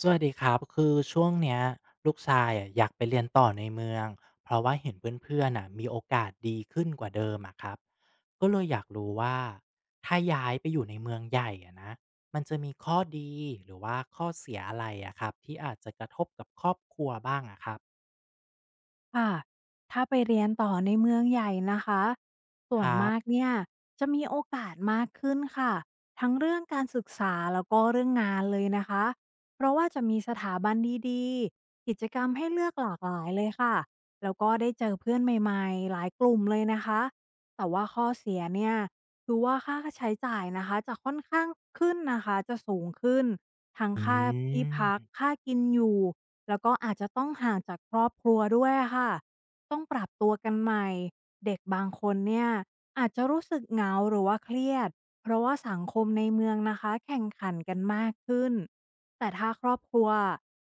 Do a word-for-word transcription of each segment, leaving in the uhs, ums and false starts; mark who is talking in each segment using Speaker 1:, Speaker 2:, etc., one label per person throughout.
Speaker 1: สวัสดีครับคือช่วงเนี้ยลูกชายอะอยากไปเรียนต่อในเมืองเพราะว่าเห็นเพื่อนๆอ่ะมีโอกาสดีขึ้นกว่าเดิมอะครับก็เลยอยากรู้ว่าถ้าย้ายไปอยู่ในเมืองใหญ่อะนะมันจะมีข้อดีหรือว่าข้อเสียอะไรอะครับที่อาจจะกระทบกับครอบครัวบ้างอะครับ
Speaker 2: ค่ะ ถ้าไปเรียนต่อในเมืองใหญ่นะคะส่
Speaker 1: ค
Speaker 2: วน
Speaker 1: รั
Speaker 2: มาก
Speaker 1: บ
Speaker 2: เนี่ยจะมีโอกาสมากขึ้นค่ะทั้งเรื่องการศึกษาแล้วก็เรื่องงานเลยนะคะเพราะว่าจะมีสถาบันดีๆกิจกรรมให้เลือกหลากหลายเลยค่ะแล้วก็ได้เจอเพื่อนใหม่ๆหลายกลุ่มเลยนะคะแต่ว่าข้อเสียเนี่ยคือว่าค่าใช้จ่ายนะคะจะค่อนข้างขึ้นนะคะจะสูงขึ้นทั้ง
Speaker 1: อื
Speaker 2: ค่าที่พัก
Speaker 1: ม
Speaker 2: ค่ากินอยู่ แล้วก็อาจจะต้องห่างจากครอบครัวด้วยอะค่ะ ต้องปรับตัวกันใหม่ เด็กบางคนเนี่ยอาจจะรู้สึกเหงาหรือว่าเครียด เพราะว่าสังคมในเมืองนะคะแข่งขันกันมากขึ้น แต่ถ้าครอบครัว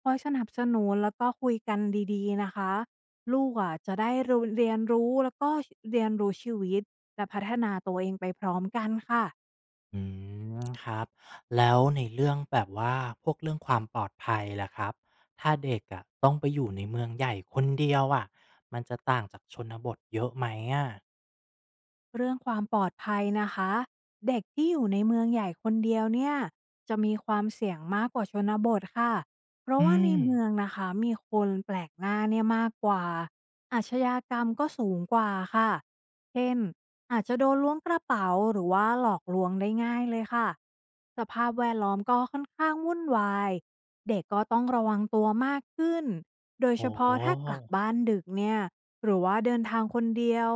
Speaker 2: คอยสนับสนุนแล้วก็คุยกันดีๆนะคะลูกอ่ะจะได้้เรียนรู้แล้วก็เรียนรู้ชีวิตและพัฒนาตัวเองไปพร้อมกันค่ะ
Speaker 1: อืมครับแล้วในเรื่องแบบว่าพวกเรื่องความปลอดภัยล่ะครับถ้าเด็กอะต้องไปอยู่ในเมืองใหญ่คนเดียวอะมันจะต่างจากชนบทเยอะไหมอะ
Speaker 2: เรื่องความปลอดภัยนะคะเด็กที่อยู่ในเมืองใหญ่คนเดียวเนี่ยจะมีความเสี่ยงมากกว่าชนบทค่ะเพราะ
Speaker 1: อื
Speaker 2: ว่าใน
Speaker 1: ม
Speaker 2: เมืองนะคะมีคนแปลกหน้าเนี่ยมากกว่าอาชญากรรมก็สูงกว่าค่ะเช่นอาจจะโดนล้วงกระเป๋าหรือว่าหลอกลวงได้ง่ายเลยค่ะสภาพแวดล้อมก็ค่อนข้างวุ่นวายเด็กก็ต้องระวังตัวมากขึ้นโด
Speaker 1: โ
Speaker 2: ยเฉพาะถ้า
Speaker 1: ห
Speaker 2: กลับบ้านดึกเนี่ยหรือว่าเดินทางคนเดียว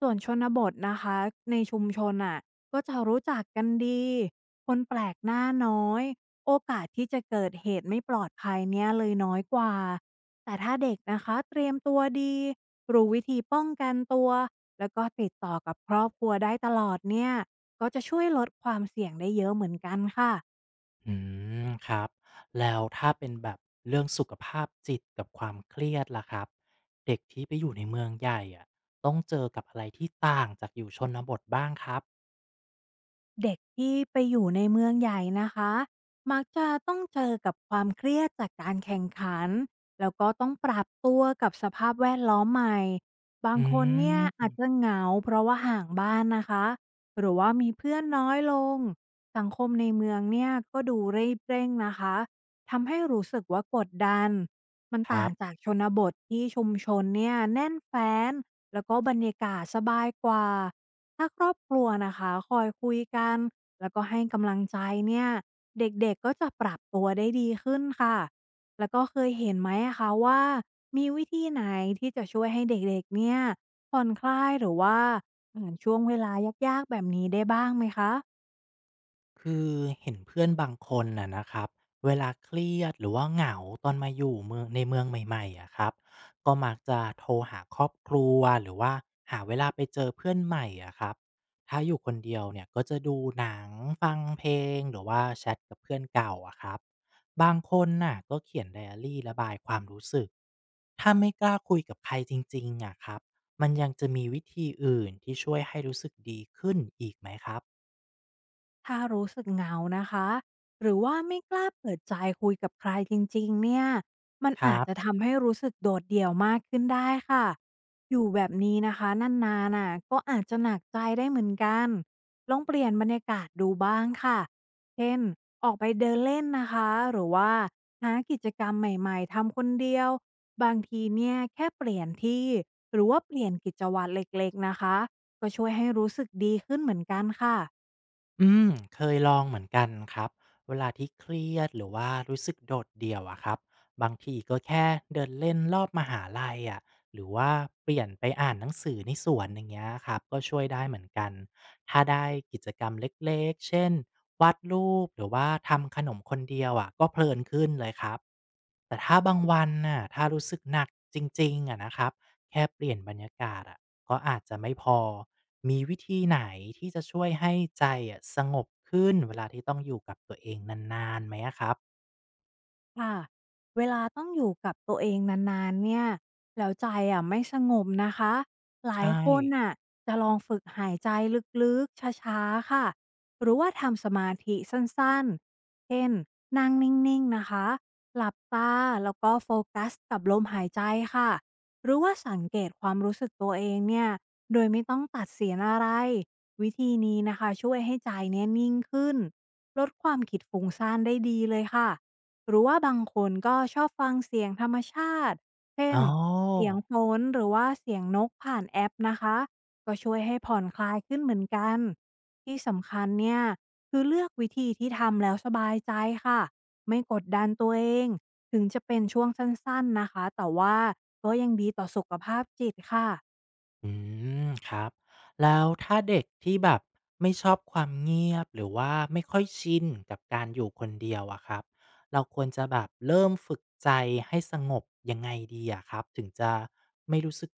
Speaker 2: ส่วนชนบทนะคะในชุมชนอ่ะก็จะรู้จักกันดีคนแปลกหน้าน้อยโอกาสที่จะเกิดเหตุไม่ปลอดภัยเนี่ยเลยน้อยกว่าแต่ถ้าเด็กนะคะเตรียมตัวดีรู้วิธีป้องกันตัวแล้วก็ติดต่อกับครอบครัวได้ตลอดเนี่ยก็จะช่วยลดความเสี่ยงได้เยอะเหมือนกันค่ะ
Speaker 1: อืมครับแล้วถ้าเป็นแบบเรื่องสุขภาพจิตกับความเครียดล่ะครับเด็กที่ไปอยู่ในเมืองใหญ่อะต้องเจอกับอะไรที่ต่างจากอยู่ชนบทบ้างครับ
Speaker 2: เด็กที่ไปอยู่ในเมืองใหญ่นะคะมักจะต้องเจอกับความเครียดจากการแข่งขันแล้วก็ต้องปรับตัวกับสภาพแวดล้อมใหม่บา
Speaker 1: อ
Speaker 2: งคนเนี่ยอา
Speaker 1: ืม
Speaker 2: จจะเหงาเพราะว่าห่างบ้านนะคะหรือว่ามีเพื่อนน้อยลง สังคมในเมืองเนี่ยก็ดูรีบเร่งนะคะทำให้รู้สึกว่ากดดันมัน
Speaker 1: ครั
Speaker 2: ต่าง
Speaker 1: บ
Speaker 2: จากชนบทที่ชุมชนเนี่ยแน่นแฟ้นแล้วก็บรรยากาศสบายกว่า ถ้าครอบครัวนะคะคอยคุยกันแล้วก็ให้กำลังใจเนี่ยเด็กๆก็จะปรับตัวได้ดีขึ้นค่ะแล้วก็เคยเห็นไหมอะคะว่ามีวิธีไหนที่จะช่วยให้เด็กๆเนี่ยผ่อนคลายหรือว่าผ่านช่วงเวลายากๆแบบนี้ได้บ้างไหมคะ
Speaker 1: คือเห็นเพื่อนบางคนน่ะนะครับเวลาเครียดหรือว่าเหงาตอนมาอยู่เมืองในเมืองใหม่ๆอ่ะครับก็มักจะโทรหาครอบครัวหรือว่าหาเวลาไปเจอเพื่อนใหม่อ่ะครับถ้าอยู่คนเดียวเนี่ยก็จะดูหนังฟังเพลงหรือว่าแชทกับเพื่อนเก่าอ่ะครับบางคนน่ะก็เขียนไดอารี่ระบายความรู้สึกถ้าไม่กล้าคุยกับใครจริงๆอ่ะครับมันยังจะมีวิธีอื่นที่ช่วยให้รู้สึกดีขึ้นอีกไหมครับ
Speaker 2: ถ้ารู้สึกเหงานะคะหรือว่าไม่กล้าเปิดใจคุยกับใครจริงๆเนี่ยมัน
Speaker 1: ค
Speaker 2: อา
Speaker 1: รั
Speaker 2: จ
Speaker 1: บ
Speaker 2: จะทำให้รู้สึกโดดเดี่ยวมากขึ้นได้ค่ะอยู่แบบนี้นะคะนานๆน่ะก็อาจจะหนักใจได้เหมือนกันลองเปลี่ยนบรรยากาศดูบ้างค่ะเช่นออกไปเดินเล่นนะคะหรือว่าหากิจกรรมใหม่ๆทำคนเดียวบางทีเนี่ยแค่เปลี่ยนที่หรือว่าเปลี่ยนกิจวัตรเล็กๆนะคะก็ช่วยให้รู้สึกดีขึ้นเหมือนกันค่ะ
Speaker 1: อืมเคยลองเหมือนกันครับเวลาที่เครียดหรือว่ารู้สึกโดดเดี่ยวอะครับบางทีก็แค่เดินเล่นรอบมหาลัยอะหรือว่าเปลี่ยนไปอ่านหนังสือในสวนอย่างเงี้ยครับก็ช่วยได้เหมือนกันถ้าได้กิจกรรมเล็กๆเช่นวาดรูปหรือว่าทำขนมคนเดียวอะก็เพลินขึ้นเลยครับแต่ถ้าบางวันน่ะถ้ารู้สึกหนักจริงๆอะนะครับ แค่เปลี่ยนบรรยากาศอะก็อาจจะไม่พอ มีวิธีไหนที่จะช่วยให้ใจอะสงบขึ้นเวลาที่ต้องอยู่กับตัวเองนานๆไหมอะครับ
Speaker 2: ค่ะเวลาต้องอยู่กับตัวเองนานๆเนี่ยแล้วใจอะไม่สงบนะคะหลา
Speaker 1: ใช่
Speaker 2: ยคนน่ะจะลองฝึกหายใจลึกๆช้าๆค่ะหรือว่าทำสมาธิสั้นๆเช่นนั่งนิ่งๆนะคะหลับตาแล้วก็โฟกัสกับลมหายใจค่ะหรือว่าสังเกตความรู้สึกตัวเองเนี่ยโดยไม่ต้องตัดเสียนอะไรวิธีนี้นะคะช่วยให้ใจเนี่ยนิ่งขึ้นลดความคิดฟุ้งซ่านได้ดีเลยค่ะ หรือว่าบางคนก็ชอบฟังเสียงธรรมชาติ เช่
Speaker 1: อ๋อ
Speaker 2: นเสียงฝนหรือว่าเสียงนกผ่านแอปนะคะ ก็ช่วยให้ผ่อนคลายขึ้นเหมือนกัน ที่สำคัญเนี่ยคือเลือกวิธีที่ทำแล้วสบายใจค่ะ ไม่กดดันตัวเอง ถึงจะเป็นช่วงสั้นๆนะคะ แต่ว่าก็ยังดีต่อสุขภาพจิตค่ะ
Speaker 1: อืมครับแล้วถ้าเด็กที่แบบไม่ชอบความเงียบหรือว่าไม่ค่อยชินกับการอยู่คนเดียวอะครับเราควรจะแบบเริ่มฝึกใจให้สงบยังไงดีอะครับถึงจะไม่รู้สึก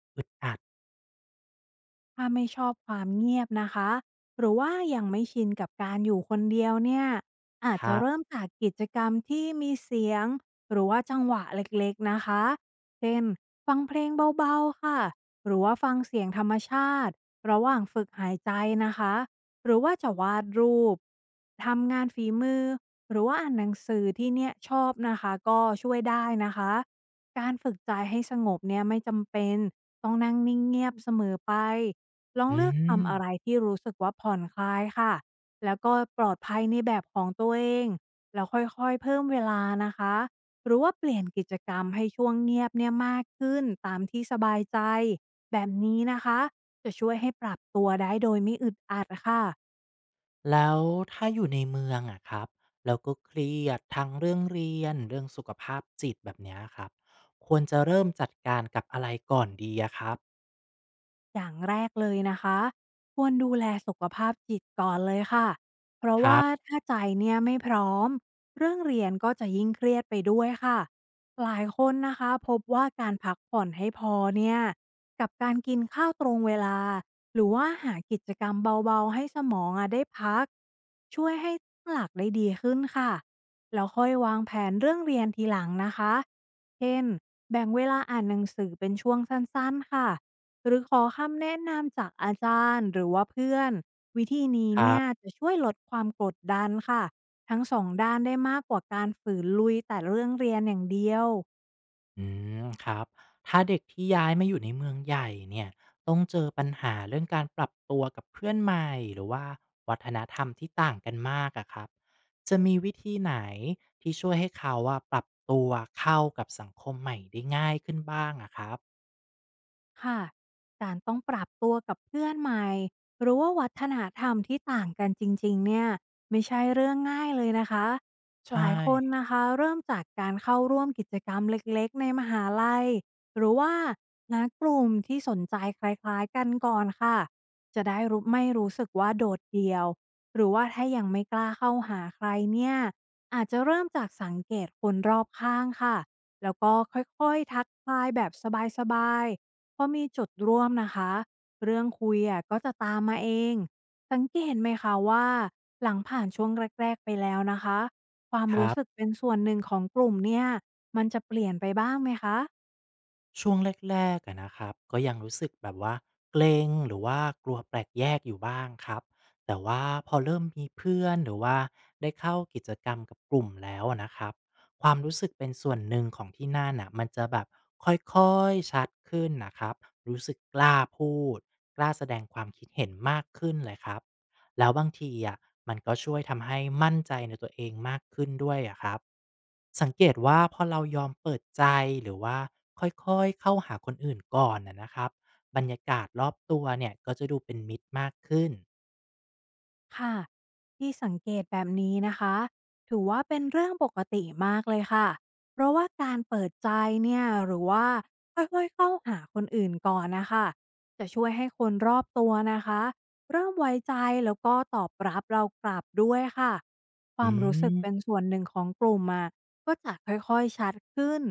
Speaker 2: ถ้าไม่ชอบความเงียบนะคะหรือว่ายังไม่ชินกับการอยู่คนเดียวเนี่ยอาจ
Speaker 1: ค
Speaker 2: จะ
Speaker 1: รั
Speaker 2: เริ่
Speaker 1: บ
Speaker 2: มจากกิจกรรมที่มีเสียง หรือว่าจังหวะเล็กๆนะคะ เช่น ฟังเพลงเบาๆค่ะ หรือว่าฟังเสียงธรรมชาติระหว่างฝึกหายใจนะคะหรือว่าจะวาดรูป ทำงานฝีมือหรือว่าอ่านหนังสือที่เนี่ยชอบนะคะก็ช่วยได้นะคะการฝึกใจให้สงบเนี่ยไม่จำเป็นต้องนั่งนิ่งเงียบเสมอไป ลอง
Speaker 1: อื
Speaker 2: เลือกทำ
Speaker 1: ม
Speaker 2: อะไรที่รู้สึกว่าผ่อนคลายค่ะ แล้วก็ปลอดภัยในแบบของตัวเอง แล้วค่อยๆเพิ่มเวลานะคะ หรือว่าเปลี่ยนกิจกรรมให้ช่วงเงียบเนี่ยมากขึ้นตามที่สบายใจ แบบนี้นะคะจะช่วยให้ปรับตัวได้โดยไม่อึดอัดค่ะ
Speaker 1: แล้วถ้าอยู่ในเมืองอะครับแล้วก็เครียดทั้งเรื่องเรียนเรื่องสุขภาพจิตแบบเนี้ยครับควรจะเริ่มจัดการกับอะไรก่อนดีอะครับ
Speaker 2: อย่างแรกเลยนะคะควรดูแลสุขภาพจิตก่อนเลยค่ะเพราะ
Speaker 1: ครั
Speaker 2: ว่า
Speaker 1: บ
Speaker 2: ถ้าใจเนี่ยไม่พร้อมเรื่องเรียนก็จะยิ่งเครียดไปด้วยค่ะหลายคนนะคะพบว่าการพักผ่อนให้พอเนี่ยกับการกินข้าวตรงเวลาหรือว่าหากิจกรรมเบาๆให้สมองอะได้พักช่วยให้ตั้งหลักได้ดีขึ้นค่ะแล้วค่อยวางแผนเรื่องเรียนทีหลังนะคะเช่นแบ่งเวลาอ่านหนังสือเป็นช่วงสั้นๆค่ะ หรือขอคำแนะนำจากอาจารย์หรือว่าเพื่อนวิธีนี้
Speaker 1: ครั
Speaker 2: เนี่
Speaker 1: บ
Speaker 2: ยจะช่วยลดความกดดันค่ะทั้งสองด้านได้มากกว่าการฝืนลุยแต่เรื่องเรียนอย่างเดียว
Speaker 1: อืมครับถ้าเด็กที่ย้ายมาอยู่ในเมืองใหญ่เนี่ยต้องเจอปัญหาเรื่องการปรับตัวกับเพื่อนใหม่หรือว่าวัฒนธรรมที่ต่างกันมากอะครับจะมีวิธีไหนที่ช่วยให้เขาว่าปรับตัวเข้ากับสังคมใหม่ได้ง่ายขึ้นบ้างอะครับ
Speaker 2: ค่ะการต้องปรับตัวกับเพื่อนใหม่หรือว่าวัฒนธรรมที่ต่างกันจริงๆเนี่ยไม่ใช่เรื่องง่ายเลยนะคะห
Speaker 1: ใช่
Speaker 2: ลายคนนะคะเริ่มจากการเข้าร่วมกิจกรรมเล็กๆในมหาลัยหรือว่างานกลุ่มที่สนใจคล้ายๆกันก่อนค่ะจะได้รู้ไม่รู้สึกว่าโดดเดี่ยวหรือว่าถ้ายังไม่กล้าเข้าหาใครเนี่ยอาจจะเริ่มจากสังเกตคนรอบข้างค่ะแล้วก็ค่อยๆทักทายแบบสบายๆ พอมีจุดร่วมนะคะเรื่องคุยอะก็จะตามมาเองสังเกตไหมคะว่าหลังผ่านช่วงแรกๆไปแล้วนะคะความ
Speaker 1: ครั
Speaker 2: รู้สึก
Speaker 1: บ
Speaker 2: เป็นส่วนหนึ่งของกลุ่มเนี่ยมันจะเปลี่ยนไปบ้างไหมคะ
Speaker 1: ช่วงแรกๆอะนะครับก็ยังรู้สึกแบบว่าเกรงหรือว่ากลัวแปลกแยกอยู่บ้างครับแต่ว่าพอเริ่มมีเพื่อนหรือว่าได้เข้ากิจกรรมกับกลุ่มแล้วอะนะครับความรู้สึกเป็นส่วนหนึ่งของที่นั่านน่ะมันจะแบบค่อยๆชัดขึ้นนะครับรู้สึกกล้าพูดกล้าแสดงความคิดเห็นมากขึ้นเลยครับ แล้วบางทีอะมันก็ช่วยทำให้มั่นใจในตัวเองมากขึ้นด้วยอะครับสังเกตว่าพอเรายอมเปิดใจหรือว่าค่อยๆเข้าหาคนอื่นก่อนนะนะครับบรรยากาศรอบตัวเนี่ยก็จะดูเป็นมิตรมากขึ้น
Speaker 2: ค่ะที่สังเกตแบบนี้นะคะถือว่าเป็นเรื่องปกติมากเลยค่ะเพราะว่าการเปิดใจเนี่ยหรือว่าค่อยๆเข้าหาคนอื่นก่อนนะคะจะช่วยให้คนรอบตัวนะคะเริ่มไว้ใจแล้วก็ตอบรับเรากลับด้วยค่ะค
Speaker 1: อื
Speaker 2: วามรู้สึกเป็น
Speaker 1: ม
Speaker 2: ส่วนหนึ่งของกลุ่มอะก็จะค่อยๆชัดขึ้น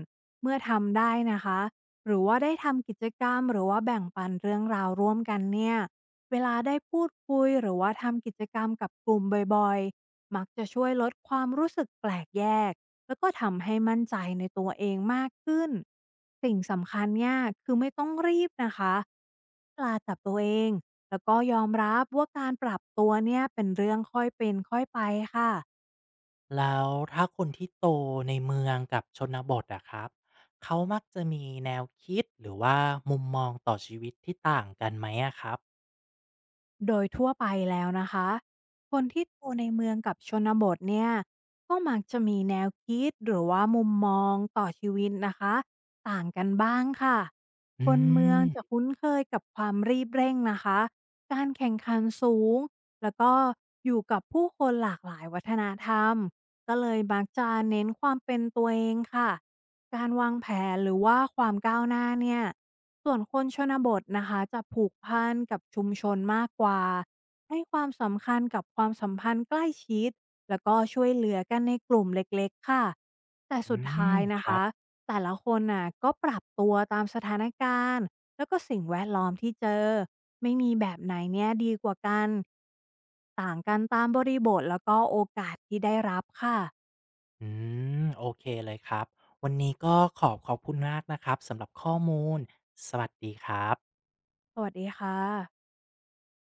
Speaker 2: เมื่อทำได้นะคะหรือว่าได้ทำกิจกรรมหรือว่าแบ่งปันเรื่องราวร่วมกันเนี่ย เวลาได้พูดคุยหรือว่าทำกิจกรรมกับกลุ่มบ่อยๆ มักจะช่วยลดความรู้สึกแปลกแยกแล้วก็ทำให้มั่นใจในตัวเองมากขึ้น สิ่งสำคัญเนี่ยคือไม่ต้องรีบนะคะกล้าจับตัวเองแล้วก็ยอมรับว่าการปรับตัวเนี่ยเป็นเรื่องค่อยเป็นค่อยไปค่ะ
Speaker 1: แล้วถ้าคนที่โตในเมืองกับชนบทอะครับเขามักจะมีแนวคิดหรือว่ามุมมองต่อชีวิตที่ต่างกันไหมอะครับ
Speaker 2: โดยทั่วไปแล้วนะคะคนที่โตในเมืองกับชนบทเนี่ยก็มักจะมีแนวคิดหรือว่ามุมมองต่อชีวิตนะคะต่างกันบ้างค่ะ
Speaker 1: อื
Speaker 2: คนเมือง
Speaker 1: ม
Speaker 2: จะคุ้นเคยกับความรีบเร่งนะคะการแข่งขันสูงแล้วก็อยู่กับผู้คนหลากหลายวัฒนธรรมก็เลยมักจะเน้นความเป็นตัวเองค่ะการวางแผนหรือว่าความก้าวหน้าเนี่ย ส่วนคนชนบทนะคะจะผูกพันกับชุมชนมากกว่าให้ความสำคัญกับความสัมพันธ์ใกล้ชิดแล้วก็ช่วยเหลือกันในกลุ่มเล็กๆค่ะแต่
Speaker 1: อื
Speaker 2: สุด
Speaker 1: ม
Speaker 2: ท้าย
Speaker 1: ค
Speaker 2: นะ
Speaker 1: รับ
Speaker 2: คะแต่ละคนน่ะก็ปรับตัวตามสถานการณ์แล้วก็สิ่งแวดล้อมที่เจอไม่มีแบบไหนเนี่ยดีกว่ากันต่างกันตามบริบทแล้วก็โอกาสที่ได้รับค่ะ
Speaker 1: อืมโอเคเลยครับวันนี้ก็ขอบขอบคุณมากนะครับสำหรับข้อมูลสวัสดีครับ
Speaker 2: สวัสดีค่ะ